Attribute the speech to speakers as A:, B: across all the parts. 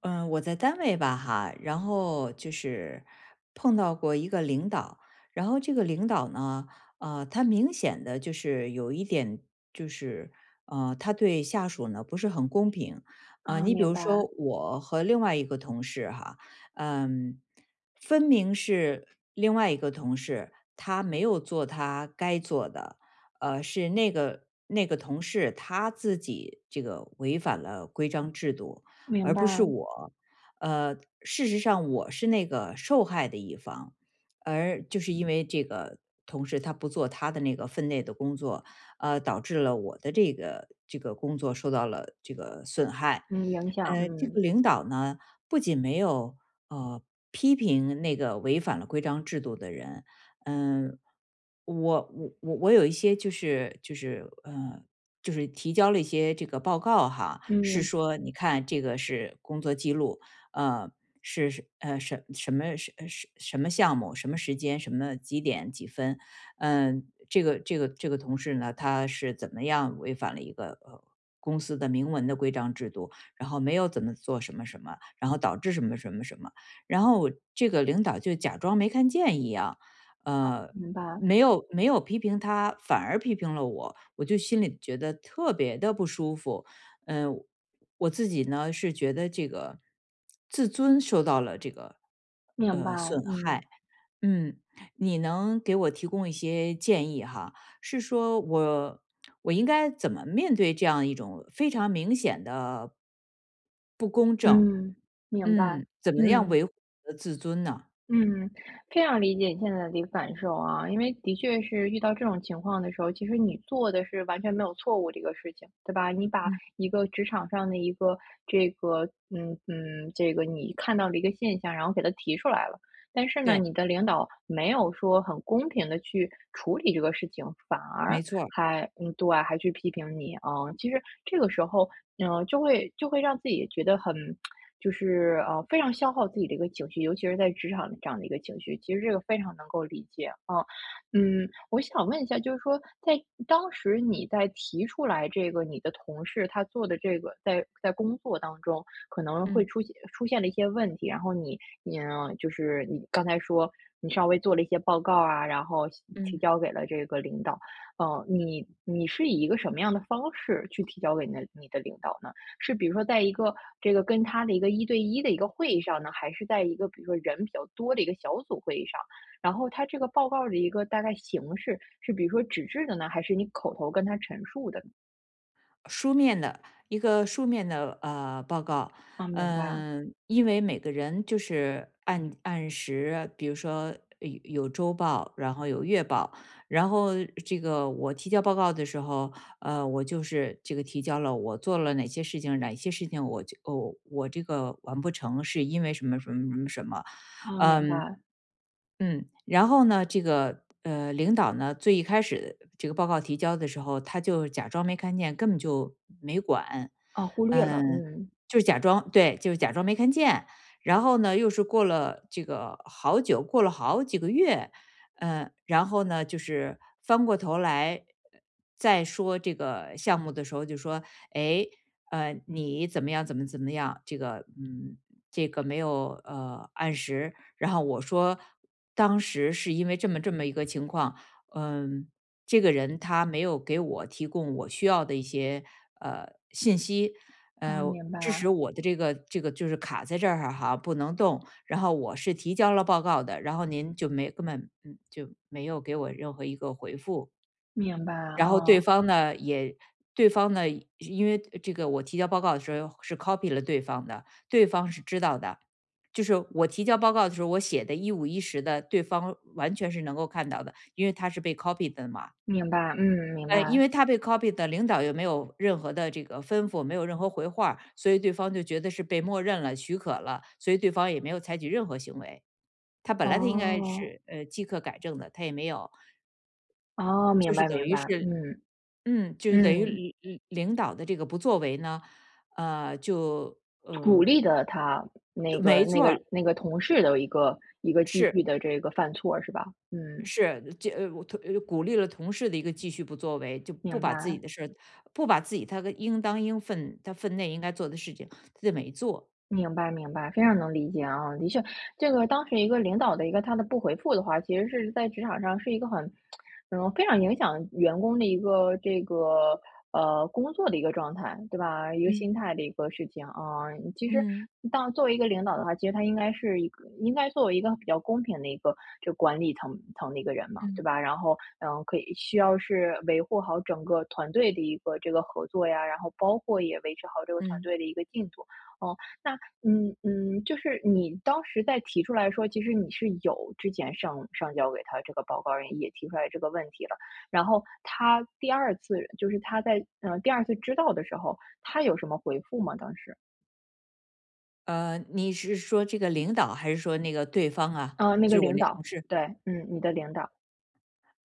A: 嗯，我在单位吧哈，然后就是碰到过一个领导，然后这个领导呢，他明显的就是有一点，就是他对下属呢不是很公平。啊、
B: 啊，
A: 你比
B: 明
A: 如
B: 白，
A: 说我和另外一个同事哈，嗯，分明是另外一个同事他没有做他该做的，是那个同事他自己这个违反了规章制度。
B: 明
A: 而
B: 白，
A: 不是我。呃，事实上我是那个受害的一方，而就是因为这个同事他不做他的那个分内的工作，导致了我的这个工作受到了这个损害。
B: 嗯，影响，
A: 这
B: 嗯，
A: 个领导呢，不仅没有呃批评那个违反了规章制度的人。嗯、我我有一些就是提交了一些这个报告哈，
B: 嗯，
A: 是
B: 明
A: 说你看这个是工作记录。呃，什么项目，什么时间，什么几点几分。这个同事呢，他是怎么样违反了一个公司的明文的规章制度，然后没有怎么做什么什么，然后导致什么什么什么，然后这个领导就假装没看见一样。呃，
B: 明白，
A: 没有批评他，反而批评了我，我就心里觉得特别的不舒服。嗯，我自己呢是觉得这个自尊受到了这个
B: 明白，
A: 损
B: 嗯，
A: 害。嗯，你能给我提供一些建议哈？是说我应该怎么面对这样一种非常明显的
B: 嗯，明白，
A: 嗯，怎么样
B: 嗯。
A: 维护我的自尊呢？
B: 嗯，非常理解你现在的一个感受啊，因为的确是遇到这种情况的时候，其实你做的是完全没有错误的一个事情，对吧？你把
A: 嗯，
B: 一个职场上的一个这个，这个你看到的一个现象，然后给它提出来了，但是呢，
A: 对，
B: 你的领导没有说很公平的去处理这个事情，反而
A: 没错儿。
B: 还，嗯，对，还去批评你，嗯，其实这个时候，就会让自己觉得很就是非常消耗自己的一个情绪，尤其是在职场这样的一个情绪，其实这个非常能够理解啊。嗯，我想问一下，就是说在当时你在提出来这个你的同事他做的这个在工作当中可能会
A: 嗯
B: 出现了一些问题，然后你就是你刚才说你稍微做了一些报告啊，然后提
A: 嗯。
B: 交给了这个领导，你你是以一个什么样的方式去提交给你的你的领导呢？是比如说在一个这个跟他的一个一对一的一个会议上呢，还是在一个比如说人比较多的一个小组会议上？然后他这个报告的一个大概形式是比如说纸质的呢，还是你口头跟他陈述的呢？
A: 书面的一个书面的报告。
B: 啊，明白，
A: 因为每个人就是按时，比如说有周报，然后有月报，然后这个我提交报告的时候，我就是这个提交了我做了哪些事情，哪些事情我就我我这个完不成是因为什么什么什么什么。
B: 啊，明白，
A: 嗯，嗯，然后呢，这个领导呢，最一开始这个报告提交的时候，他就假装没看见，根本就没管。
B: 啊，忽略了，
A: 嗯，
B: 嗯，
A: 就是假装对，就是假装没看见。然后呢，又是过了这个好久，过了好几个月，然后呢，就是翻过头来呃再说这个项目的时候，就说，哎，你怎么样，怎么样，这个，这个没有按时，然后我说当时是因为这么这么一个情况，嗯，这个人他没有给我提供我需要的一些信息，
B: 啊，
A: 呃，
B: 明白，
A: 致使我的这个就是卡在这儿哈，不能动。然后我是提交了报告的，然后您就没根本就没有给我任何一个回复。
B: 明白，
A: 然后对
B: 啊，
A: 方呢也对方呢，因为这个我提交报告的时候是 copy 了对方的，对方是知道的。就是我提交报告的时候，我写的一五一十的，对方完全是能够看到的，因为他是被 copy 的嘛。
B: 明白，嗯，明白，
A: 因为他被 copy 的，领导又没有任何的这个吩咐，没有任何回话，所以对方就觉得是被默认了、许可了，所以对方也没有采取任何行为。他本来他应该
B: 哦，
A: 是，即刻改正的，他也没有，
B: 哦，
A: 就
B: 明
A: 是
B: 白，
A: 等
B: 明
A: 于
B: 白，
A: 是，
B: 嗯，
A: 就是等于
B: 嗯。
A: 领导的这个不作为呢。呃，就
B: 鼓
A: 呃，
B: 励的他那
A: 对，
B: 个
A: 没
B: 那
A: 错
B: 个
A: 儿。
B: 那个同事的一个一个继
A: 是
B: 续的这个犯错是吧？嗯，
A: 是，鼓励了同事的一个继续不作为，就不
B: 明
A: 把自己
B: 白。
A: 的事儿，不把自己他个应当应分他分内应该做的事情，他就没做。
B: 明白明白，非常能理解啊。的确，这个当时一个领导的一个他的不回复的话，其实是在职场上是一个很，嗯，非常影响员工的一个这个工作的一个状态，对吧？一个
A: 嗯
B: 心态的一个事情啊。其实
A: 嗯
B: 当作为一个领导的话，其实他应该是一个应该作为一个比较公平的一个这管理层层的一个人嘛，对
A: 嗯
B: 吧？然后嗯，可以需要是维护好整个团队的一个这个合作呀，然后包括也维持好这个团
A: 嗯。
B: 队的一个进度，嗯。那就是你当时在提出来说，其实你是有之前上交给他这个报告人，也提出来这个问题了。然后他第二次就是他在第二次知道的时候，他有什么回复吗？当时，
A: 你是说这个领导还是说那个对方啊？
B: 嗯，那
A: 就
B: 个
A: 是我
B: 领
A: 那同
B: 导，
A: 事。
B: 对，嗯，你的领导，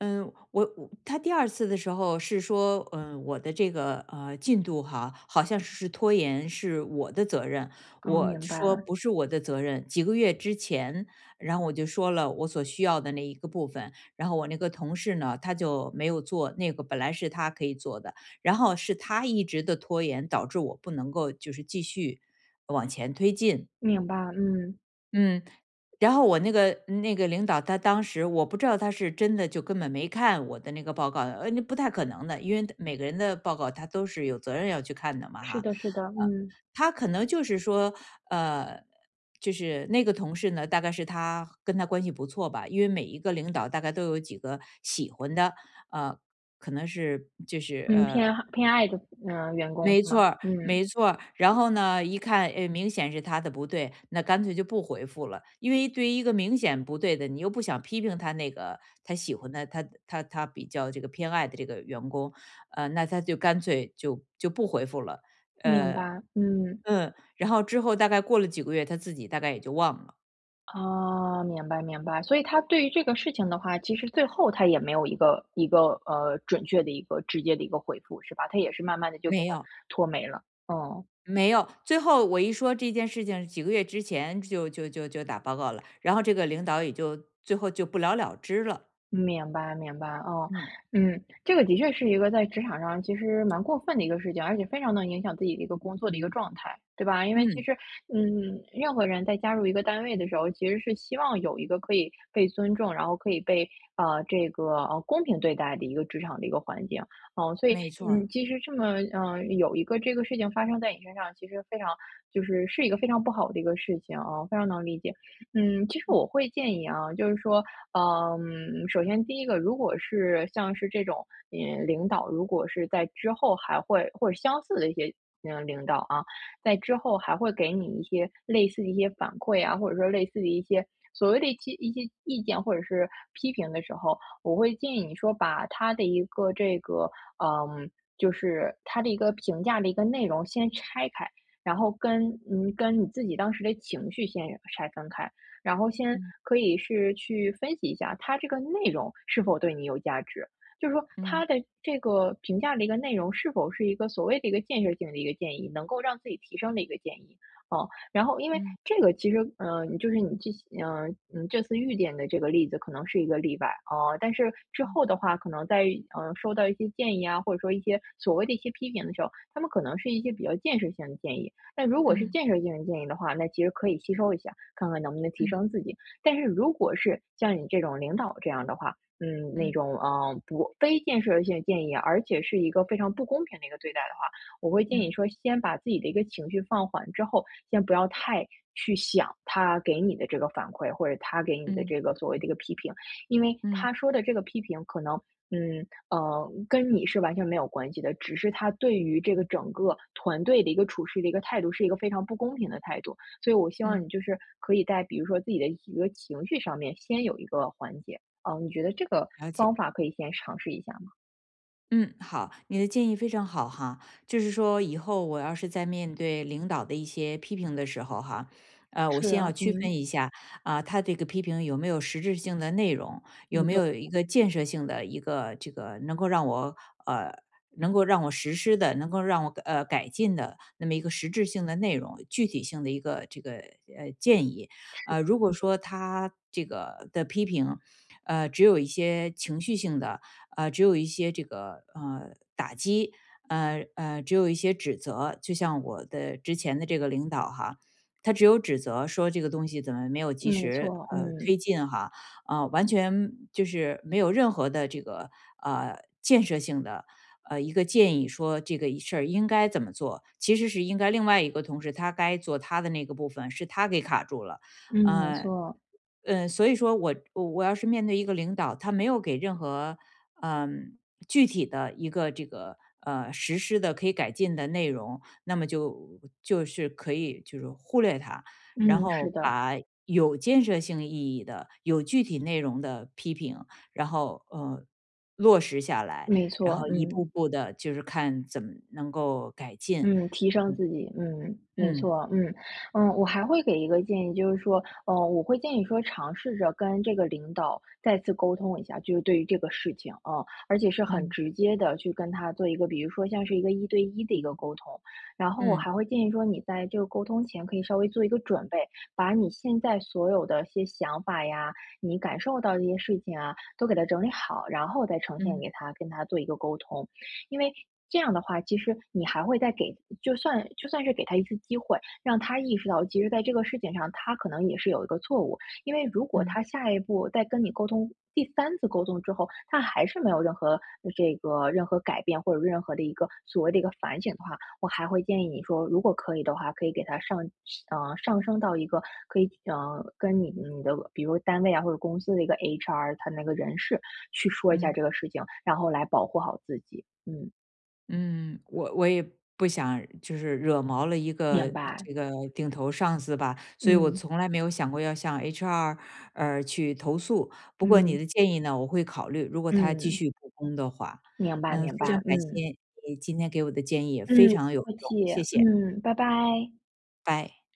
A: 嗯，他第二次的时候是说，我的这个进度哈，好像是拖延是我的责任。
B: 啊，
A: 我
B: 明
A: 就
B: 白
A: 说不是我的责任。几个月之前，然后我就说了我所需要的那一个部分，然后我那个同事呢，他就没有做那个本来是他可以做的，然后是他一直的拖延导致我不能够就是继续往前推进。
B: 明白，嗯，
A: 嗯，然后我那个领导，他当时我不知道他是真的就根本没看我的那个报告，那不太可能的，因为每个人的报告他都是有责任要去看的嘛，哈。
B: 是
A: 呃，
B: 的，是的，嗯
A: 他可能就是说，呃，就是那个同事呢，大概是他跟他关系不错吧，因为每一个领导大概都有几个喜欢的，呃，可能是。
B: 嗯，偏偏爱的员工
A: 没
B: 是
A: 错
B: 吗？
A: 儿，
B: 嗯，
A: 没错儿。然后呢，一看，哎，明显是他的不对，那干脆就不回复了。因为对于一个明显不对的，你又不想批评他那个他喜欢的、他比较这个偏爱的这个员工，那他就干脆就不回复了。
B: 明
A: 呃，
B: 白，嗯。
A: 然后之后大概过了几个月，他自己大概也就忘了。
B: 啊，明白明白。所以他对于这个事情的话，其实最后他也没有一个一个，呃，准确的一个直接的一个回复，是吧？他也是慢慢的就给
A: 没
B: 他
A: 有，
B: 拖没了，嗯。
A: 没有。最后我一说这件事情，几个月之前就打报告了，然后这个领导也就最后就不了了之了。
B: 明白明白，哦，
A: 嗯
B: 嗯，这个的确是一个在职场上其实蛮过分的一个事情，而且非常能影响自己的一个工作的一个状态，对吧？因为其
A: 嗯。
B: 实，嗯，任何人在加入一个单位的时候，其实是希望有一个可以被尊重，然后可以被这个公平对待的一个职场的一个环境，哦，所以
A: 没错儿。
B: 嗯，其实这么有一个这个事情发生在你身上，其实非常就是是一个非常不好的一个事情啊，非常能理解。嗯，其实我会建议啊，就是说，嗯，首先第一个，如果是像是这种，嗯，领导如果是在之后还会或者相似的一些，嗯，领导啊，在之后还会给你一些类似的一些反馈啊，或者说类似的一些所谓的一些意见或者是批评的时候，我会建议你说把他的一个这个，嗯，就是他的一个评价的一个内容先拆开。然后跟你自己当时的情绪先拆分开，然后先
A: 嗯
B: 可以是去分析一下它这个内容是否对你有价值。就是说，
A: 嗯
B: 它的这个评价的一个内容是否是一个所谓的一个建设性的一个建议，能够让自己提升的一个建议，哦，然后因为
A: 嗯
B: 这个其实，你就是你这，这次遇见的这个例子可能是一个例外，哦，但是之后的
A: 嗯
B: 话，可能在收到一些建议啊，或者说一些所谓的一些批评的时候，他们可能是一些比较建设性的建议，那如果是
A: 嗯
B: 建设性的建议的话，那其实可以吸收一下，看看能不能提
A: 嗯
B: 升自己。但是如果是像你这种领导这样的话，嗯，那
A: 嗯
B: 种不非建设性建议，而且是一个非常不公平的一个对待的话，我会建议说，先把自己的一个情绪放缓之后，先不要太去想他给你的这个反馈，或者他给你的
A: 嗯
B: 这个所谓的一个批评，因为
A: 嗯
B: 他说的这个批评可能。嗯，跟你是完全没有关系的，只是他对于这个整个团队的一个处事的一个态度，是一个非常不公平的态度。所以我希望你
A: 嗯。
B: 就是可以在比如说自己的一个情绪上面先有一个缓解。嗯，你觉得这个
A: 了解。
B: 方法可以先尝试一下吗？
A: 嗯，好，你的建议非常好哈。就是说，以后我要是在面对领导的一些批评的时候哈，我
B: 是
A: 先要
B: 啊
A: 区分
B: 嗯，
A: 一下啊，他这个批评有没有实质性的内容，有
B: 嗯，
A: 没
B: 对，
A: 有一个建设性的一个这个能够让我呃，能够让我实施的，能够让我改进的那么一个实质性的内容，具体性的一个这个建议。如果说他这个的批评，只有一些情绪性的。啊，只有一些这个打击，只有一些指责。就像我的之前的这个领导哈，他只有指责说这个东西怎么没有及
B: 没
A: 时
B: 错，嗯，
A: 推进哈，啊、完全就是没有任何的这个呃建设性的。一个建议说这个事儿应该怎么做，其实是应该另外一个同事他该做他的那个部分，是他给卡住了，
B: 嗯，没
A: 呃
B: 错，
A: 所以说我要是面对一个领导，他没有给任何嗯具体的一个这个实施的可以改进的内容，那么就是可以就是忽略它，然
B: 嗯，是
A: 后
B: 的，
A: 把有建设性意义的、有具体内容的批评，然后落实下来，
B: 没
A: 然
B: 错，
A: 后一步
B: 嗯。
A: 步的，就是看怎么能够改进。
B: 嗯，提升
A: 嗯
B: 自己，嗯，没
A: 嗯
B: 错，嗯，嗯，我还会给一个建议，就是说，我会建议说尝试着跟这个领导再次沟通一下，就是对于这个事情，啊，而且是很
A: 嗯
B: 直接的去跟他做一个，比如说像是一个一对一的一个沟通，然后我
A: 嗯
B: 还会建议说，你在这个沟通前可以稍微做一个准备，把你现在所有的一些想法呀，你感受到这些事情啊，都给它整理好，然后再呈
A: 嗯
B: 现给
A: 嗯
B: 他，跟他做一个沟通。因为这样的话，其实你还会再给，就算是给他一次机会，让他意识到，其实在这个事情上，他可能也是有一个错误。因为如果他
A: 嗯
B: 下一步再跟你沟通，第三次沟通之后，他还是没有任何这个任何改变或者任何的一个所谓的一个反省的话，我还会建议你说，如果可以的话，可以给他上，上升到一个可以，跟你你的比如单位啊或者公司的一个 HR,他那个人事去说一下
A: 嗯。
B: 这个事情，然后来保护好自己。嗯，
A: 嗯，我也不想就是惹毛了一个
B: 明白，
A: 这个顶头上司吧，所以我
B: 嗯，
A: 从来没有想过要向 HR 去投诉。不过你
B: 嗯，
A: 的建议呢，我会考虑，如果他继
B: 嗯，
A: 续不公的话。
B: 明白明
A: 非常
B: 白，
A: 感谢
B: 嗯，
A: 你今天给我的建议，
B: 嗯，
A: 非常有
B: 不客
A: 用，
B: 气，
A: 谢谢，
B: 嗯，拜拜。
A: 拜。